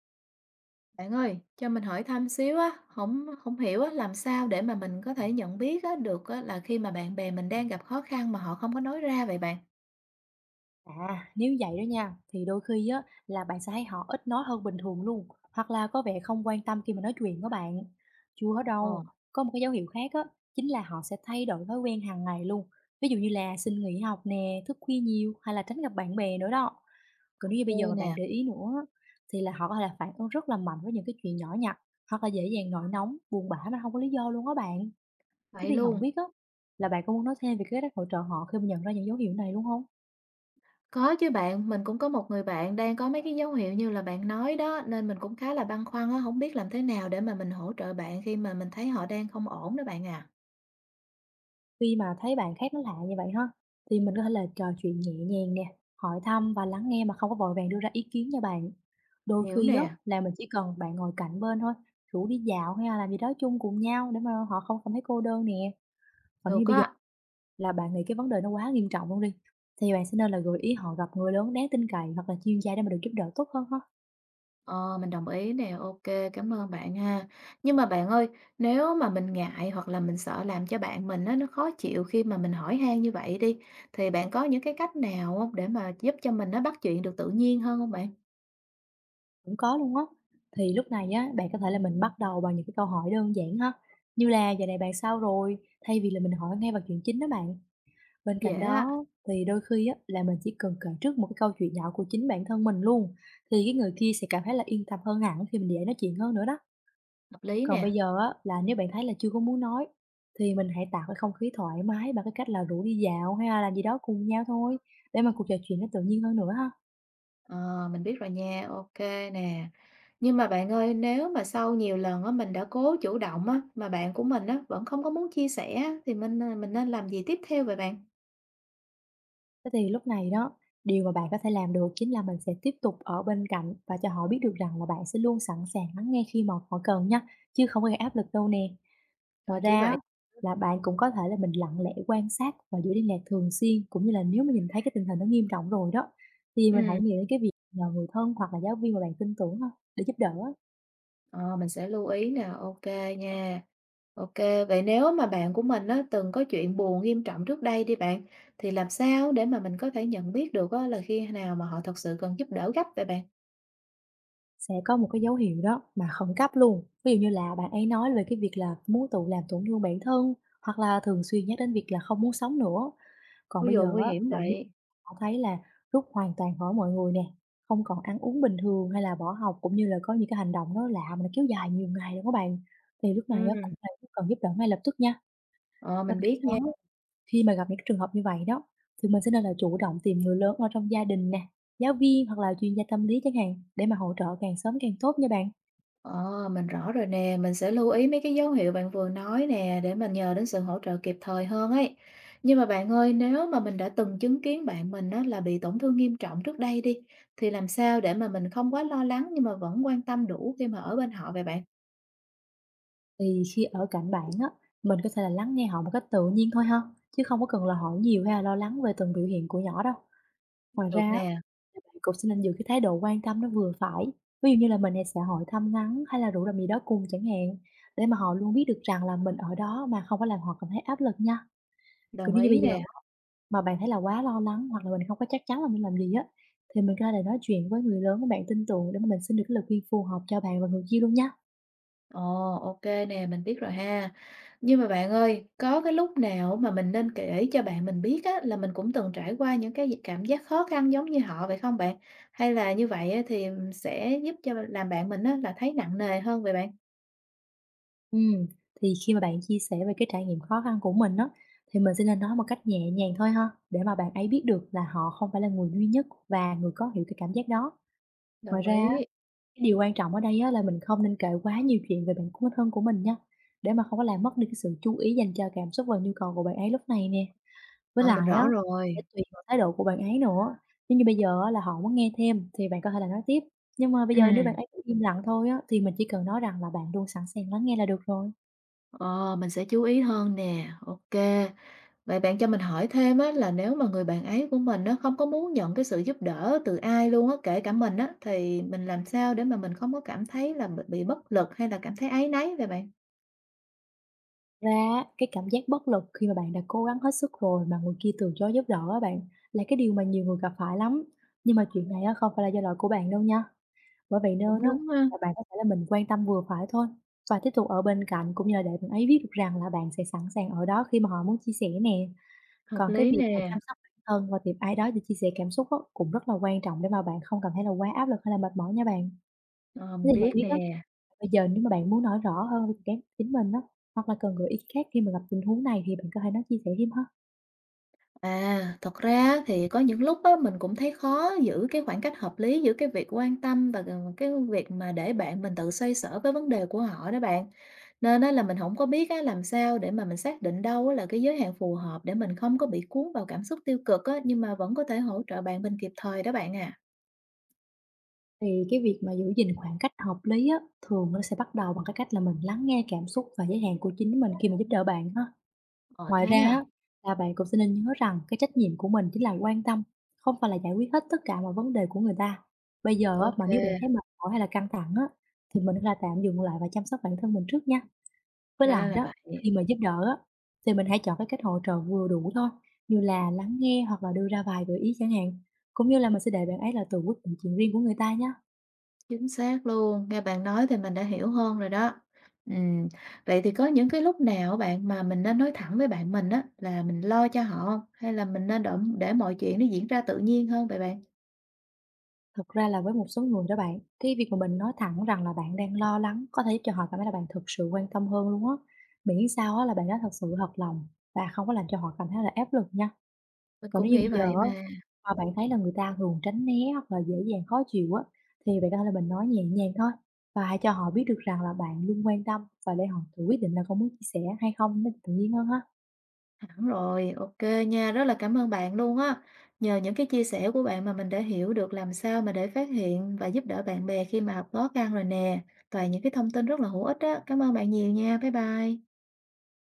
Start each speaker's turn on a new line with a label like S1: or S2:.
S1: Bạn ơi, cho mình hỏi thăm xíu á, không không hiểu á, làm sao để mà mình có thể nhận biết á, được á, là khi mà bạn bè mình đang gặp khó khăn mà họ không có nói ra vậy bạn?
S2: À, nếu vậy đó nha, thì đôi khi á là bạn sẽ thấy họ ít nói hơn bình thường luôn, hoặc là có vẻ không quan tâm khi mà nói chuyện với bạn. Chưa hết
S1: Ồ,
S2: đâu, có một cái dấu hiệu khác á, chính là họ sẽ thay đổi thói quen hàng ngày luôn. Ví dụ như là xin nghỉ học nè, thức khuya nhiều hay là tránh gặp bạn bè nữa đó. Còn nếu như
S1: ok
S2: bây giờ mà
S1: nè,
S2: bạn để ý nữa á, thì là họ có thể là phản ứng rất là mạnh với những cái chuyện nhỏ nhặt, hoặc là dễ dàng nổi nóng, buồn bã mà không có lý do luôn đó bạn. Thế
S1: vậy
S2: thì không
S1: luôn.
S2: biết á là bạn có muốn nói thêm về cái cách hỗ trợ họ khi mà nhận ra những dấu hiệu này luôn không?
S1: Có chứ bạn, mình cũng có một người bạn đang có mấy cái dấu hiệu như là bạn nói đó, nên mình cũng khá là băn khoăn á, không biết làm thế nào để mà mình hỗ trợ bạn khi mà mình thấy họ đang không ổn đó bạn à.
S2: Khi mà thấy bạn khác nó lạ như vậy ha, thì mình có thể là trò chuyện nhẹ nhàng nè, hỏi thăm và lắng nghe mà không có vội vàng đưa ra ý kiến nha bạn. Đôi
S1: Hiểu
S2: khi á
S1: nè,
S2: là mình chỉ cần bạn ngồi cạnh bên thôi, rủ đi dạo hay là làm gì đó chung cùng nhau để mà họ không cảm thấy cô đơn nè. Còn nếu
S1: được
S2: như bây giờ
S1: á.
S2: là bạn nghĩ cái vấn đề nó quá nghiêm trọng luôn đi, thì bạn sẽ nên là gợi ý họ gặp người lớn đáng tin cậy hoặc là chuyên gia để mà được giúp đỡ tốt hơn ha.
S1: Ờ, mình đồng ý nè, ok, cảm ơn bạn ha. Nhưng mà bạn ơi, nếu mà mình ngại hoặc là mình sợ làm cho bạn mình á, nó khó chịu khi mà mình hỏi han như vậy đi, thì bạn có những cái cách nào hông để mà giúp cho mình nó bắt chuyện được tự nhiên hơn không bạn?
S2: Cũng có luôn á. Thì lúc này á, bạn có thể là mình bắt đầu bằng những cái câu hỏi đơn giản ha. Như là giờ này bạn sao rồi? Thay vì là mình hỏi ngay vào chuyện chính đó bạn. Bên cạnh
S1: Dễ á,
S2: đó thì đôi khi á, là mình chỉ cần kể trước một cái câu chuyện nhỏ của chính bản thân mình luôn, thì cái người kia sẽ cảm thấy là yên tâm hơn hẳn khi mình dễ nói chuyện hơn nữa đó.
S1: hợp lý
S2: Còn
S1: nè,
S2: bây giờ á, là nếu bạn thấy là chưa có muốn nói, thì mình hãy tạo cái không khí thoải mái bằng cái cách là rủ đi dạo hay là làm gì đó cùng nhau thôi, để mà cuộc trò chuyện nó tự nhiên hơn nữa ha.
S1: ờ, mình biết rồi nha, ok nè. Nhưng mà bạn ơi, nếu mà sau nhiều lần á, mình đã cố chủ động á, mà bạn của mình á, vẫn không có muốn chia sẻ á, thì mình mình nên làm gì tiếp theo vậy bạn?
S2: Thế thì lúc này đó, điều mà bạn có thể làm được chính là mình sẽ tiếp tục ở bên cạnh và cho họ biết được rằng là bạn sẽ luôn sẵn sàng lắng nghe khi mà họ cần nha, chứ không có gây áp lực đâu nè.
S1: Ờ,
S2: Ngoài
S1: chỉ
S2: ra
S1: vậy.
S2: á, là bạn cũng có thể là mình lặng lẽ quan sát và giữ liên lạc thường xuyên, cũng như là nếu mà nhìn thấy cái tình hình nó nghiêm trọng rồi đó, thì mình
S1: Ừm,
S2: hãy nghĩ đến cái việc nhờ người thân hoặc là giáo viên mà bạn tin tưởng á, để giúp đỡ á,
S1: ờ, mình sẽ lưu ý nè, ok nha. OK, vậy nếu mà bạn của mình á, từng có chuyện buồn nghiêm trọng trước đây đi bạn, thì làm sao để mà mình có thể nhận biết được á, là khi nào mà họ thật sự cần giúp đỡ gấp vậy bạn?
S2: sẽ có một cái dấu hiệu đó mà khẩn cấp luôn. Ví dụ như là bạn ấy nói về cái việc là muốn tự làm tổn thương bản thân, hoặc là thường xuyên nhắc đến việc là không muốn sống nữa. Còn
S1: Ví
S2: bây
S1: dụ
S2: giờ
S1: nguy
S2: á,
S1: hiểm
S2: là
S1: vậy.
S2: họ thấy là rút hoàn toàn khỏi mọi người nè, không còn ăn uống bình thường hay là bỏ học, cũng như là có những cái hành động nó lạ mà nó kéo dài nhiều ngày luôn các bạn. Thì lúc này á
S1: Ừ.
S2: cũng là lúc cần giúp đỡ ngay lập tức nha.
S1: Ờ,
S2: Bên
S1: mình
S2: cạnh
S1: biết nha.
S2: đó, khi mà gặp những cái trường hợp như vậy đó, thì mình sẽ nên là chủ động tìm người lớn ở trong gia đình nè, giáo viên hoặc là chuyên gia tâm lý chẳng hạn, để mà hỗ trợ càng sớm càng tốt nha bạn.
S1: Ờ, mình rõ rồi nè, mình sẽ lưu ý mấy cái dấu hiệu bạn vừa nói nè để mình nhờ đến sự hỗ trợ kịp thời hơn ấy. Nhưng mà bạn ơi, nếu mà mình đã từng chứng kiến bạn mình á, là bị tổn thương nghiêm trọng trước đây đi, thì làm sao để mà mình không quá lo lắng nhưng mà vẫn quan tâm đủ khi mà ở bên họ vậy bạn?
S2: Thì khi ở cạnh bạn á, mình có thể là lắng nghe họ một cách tự nhiên thôi ha, chứ không có cần là hỏi nhiều hay là lo lắng về từng biểu hiện của nhỏ đâu. Ngoài ra
S1: Được
S2: á,
S1: nè,
S2: là bạn cũng sẽ nên giữ cái thái độ quan tâm nó vừa phải, ví dụ như là mình, sẽ hỏi thăm ngắn hay là rủ làm gì đó cùng chẳng hạn, để mà họ luôn biết được rằng là mình ở đó mà không có làm họ cảm thấy áp lực nha. Cứ
S1: đồng
S2: nếu như bây
S1: ý
S2: giờ
S1: nè.
S2: mà bạn thấy là quá lo lắng hoặc là mình không có chắc chắn là mình làm gì á, thì mình có thể nói chuyện với người lớn mà bạn tin tưởng để mà mình xin được cái lời khuyên phù hợp cho bạn và người kia luôn nhá.
S1: Ồ, ok nè, mình biết rồi ha. Nhưng mà bạn ơi, có cái lúc nào mà mình nên kể cho bạn mình biết á, là mình cũng từng trải qua những cái cảm giác khó khăn giống như họ vậy không bạn? Hay là như vậy á, thì sẽ giúp cho làm bạn mình á, là thấy nặng nề hơn vậy bạn?
S2: Ừm, thì khi mà bạn chia sẻ về cái trải nghiệm khó khăn của mình đó, thì mình sẽ nên nói một cách nhẹ nhàng thôi ha, để mà bạn ấy biết được là họ không phải là người duy nhất và người có hiểu cái cảm giác đó. Ngoài
S1: Đồng
S2: ra á,
S1: ý.
S2: cái điều quan trọng ở đây á là mình không nên kể quá nhiều chuyện về bạn của thân của mình nha, để mà không có làm mất đi cái sự chú ý dành cho cảm xúc và nhu cầu của bạn ấy lúc này nè. Với
S1: Ờ, mình
S2: lại á,
S1: rõ rồi.
S2: sẽ tùy vào thái độ của bạn ấy nữa, nếu như bây giờ á là họ muốn nghe thêm thì bạn có thể là nói tiếp, nhưng mà bây giờ nếu bạn
S1: Ừm.
S2: ấy cũng im lặng thôi á, thì mình chỉ cần nói rằng là bạn luôn sẵn sàng lắng nghe là được rồi.
S1: Ờ, mình sẽ chú ý hơn nè, ok. Vậy bạn cho mình hỏi thêm á, là nếu mà người bạn ấy của mình nó không có muốn nhận cái sự giúp đỡ từ ai luôn á, kể cả mình á, thì mình làm sao để mà mình không có cảm thấy là bị bất lực hay là cảm thấy áy náy vậy bạn?
S2: Ra á, cái cảm giác bất lực khi mà bạn đã cố gắng hết sức rồi mà người kia từ chối giúp đỡ á bạn, là cái điều mà nhiều người gặp phải lắm, nhưng mà chuyện này á không phải là do lỗi của bạn đâu nha. Bởi vậy
S1: Cũng
S2: nên á,
S1: đúng ha,
S2: là bạn có thể là mình quan tâm vừa phải thôi và tiếp tục ở bên cạnh, cũng như là để bạn ấy biết được rằng là bạn sẽ sẵn sàng ở đó khi mà họ muốn chia sẻ nè.
S1: hợp
S2: Còn cái
S1: lý
S2: việc mà
S1: nè,
S2: chăm sóc bản thân và tìm ai đó để chia sẻ cảm xúc á, cũng rất là quan trọng để mà bạn không cảm thấy là quá áp lực hay là mệt mỏi nha bạn.
S1: ờ,
S2: Thế
S1: mình
S2: thì
S1: biết
S2: không biết á,
S1: nè.
S2: bây giờ nếu mà bạn muốn nói rõ hơn về cái chính mình á, hoặc là cần gợi ý khác khi mà gặp tình huống này thì bạn có thể nói chia sẻ thêm ha.
S1: À, thật ra thì có những lúc á, mình cũng thấy khó giữ cái khoảng cách hợp lý giữa cái việc quan tâm và cái việc mà để bạn mình tự xoay sở với vấn đề của họ đó bạn. Nên á là mình không có biết á làm sao để mà mình xác định đâu á là cái giới hạn phù hợp để mình không có bị cuốn vào cảm xúc tiêu cực á, nhưng mà vẫn có thể hỗ trợ bạn bên kịp thời đó bạn à.
S2: Thì cái việc mà giữ gìn khoảng cách hợp lý á, thường nó sẽ bắt đầu bằng cái cách là mình lắng nghe cảm xúc và giới hạn của chính mình khi mà giúp đỡ bạn ha.
S1: Ờ,
S2: Ngoài
S1: thế
S2: ra
S1: à?
S2: á, là bạn cũng sẽ nên nhớ rằng cái trách nhiệm của mình chính là quan tâm, không phải là giải quyết hết tất cả mọi vấn đề của người ta. Bây giờ á,
S1: Ok,
S2: mà nếu bạn thấy mệt mỏi hay là căng thẳng á, thì mình hãy là tạm dừng lại và chăm sóc bản thân mình trước nha. Với
S1: ra
S2: lại
S1: là
S2: đó,
S1: vậy,
S2: khi mà giúp đỡ á, thì mình hãy chọn cái cách hỗ trợ vừa đủ thôi, như là lắng nghe hoặc là đưa ra vài gợi ý chẳng hạn. Cũng như là mình sẽ để bạn ấy là tự quyết định chuyện riêng của người ta nhé.
S1: chính xác luôn, nghe bạn nói thì mình đã hiểu hơn rồi đó. Ừm, vậy thì có những cái lúc nào bạn mà mình nên nói thẳng với bạn mình á là mình lo cho họ hông? Hay là mình nên độm để mọi chuyện nó diễn ra tự nhiên hơn vậy bạn?
S2: Thực ra là với một số người đó bạn, cái việc mà mình nói thẳng rằng là bạn đang lo lắng có thể giúp cho họ cảm thấy là bạn thực sự quan tâm hơn luôn á. Miễn sao á là bạn nói thật sự thật lòng và không có làm cho họ cảm thấy là áp lực nha.
S1: Mình
S2: Còn
S1: cũng
S2: nếu như
S1: nghĩ
S2: bây giờ
S1: vậy
S2: á,
S1: mà.
S2: mà bạn thấy là người ta thường tránh né hoặc là dễ dàng khó chịu á, thì bạn có thể là mình nói nhẹ nhàng thôi, và hãy cho họ biết được rằng là bạn luôn quan tâm và để họ tự quyết định là có muốn chia sẻ hay không nó tự nhiên hơn ha.
S1: Hẳn rồi, ok nha, rất là cảm ơn bạn luôn á. Nhờ những cái chia sẻ của bạn mà mình đã hiểu được làm sao mà để phát hiện và giúp đỡ bạn bè khi mà gặp khó khăn rồi nè. Toàn những cái thông tin rất là hữu ích á. Cảm ơn bạn nhiều nha. Bye bye.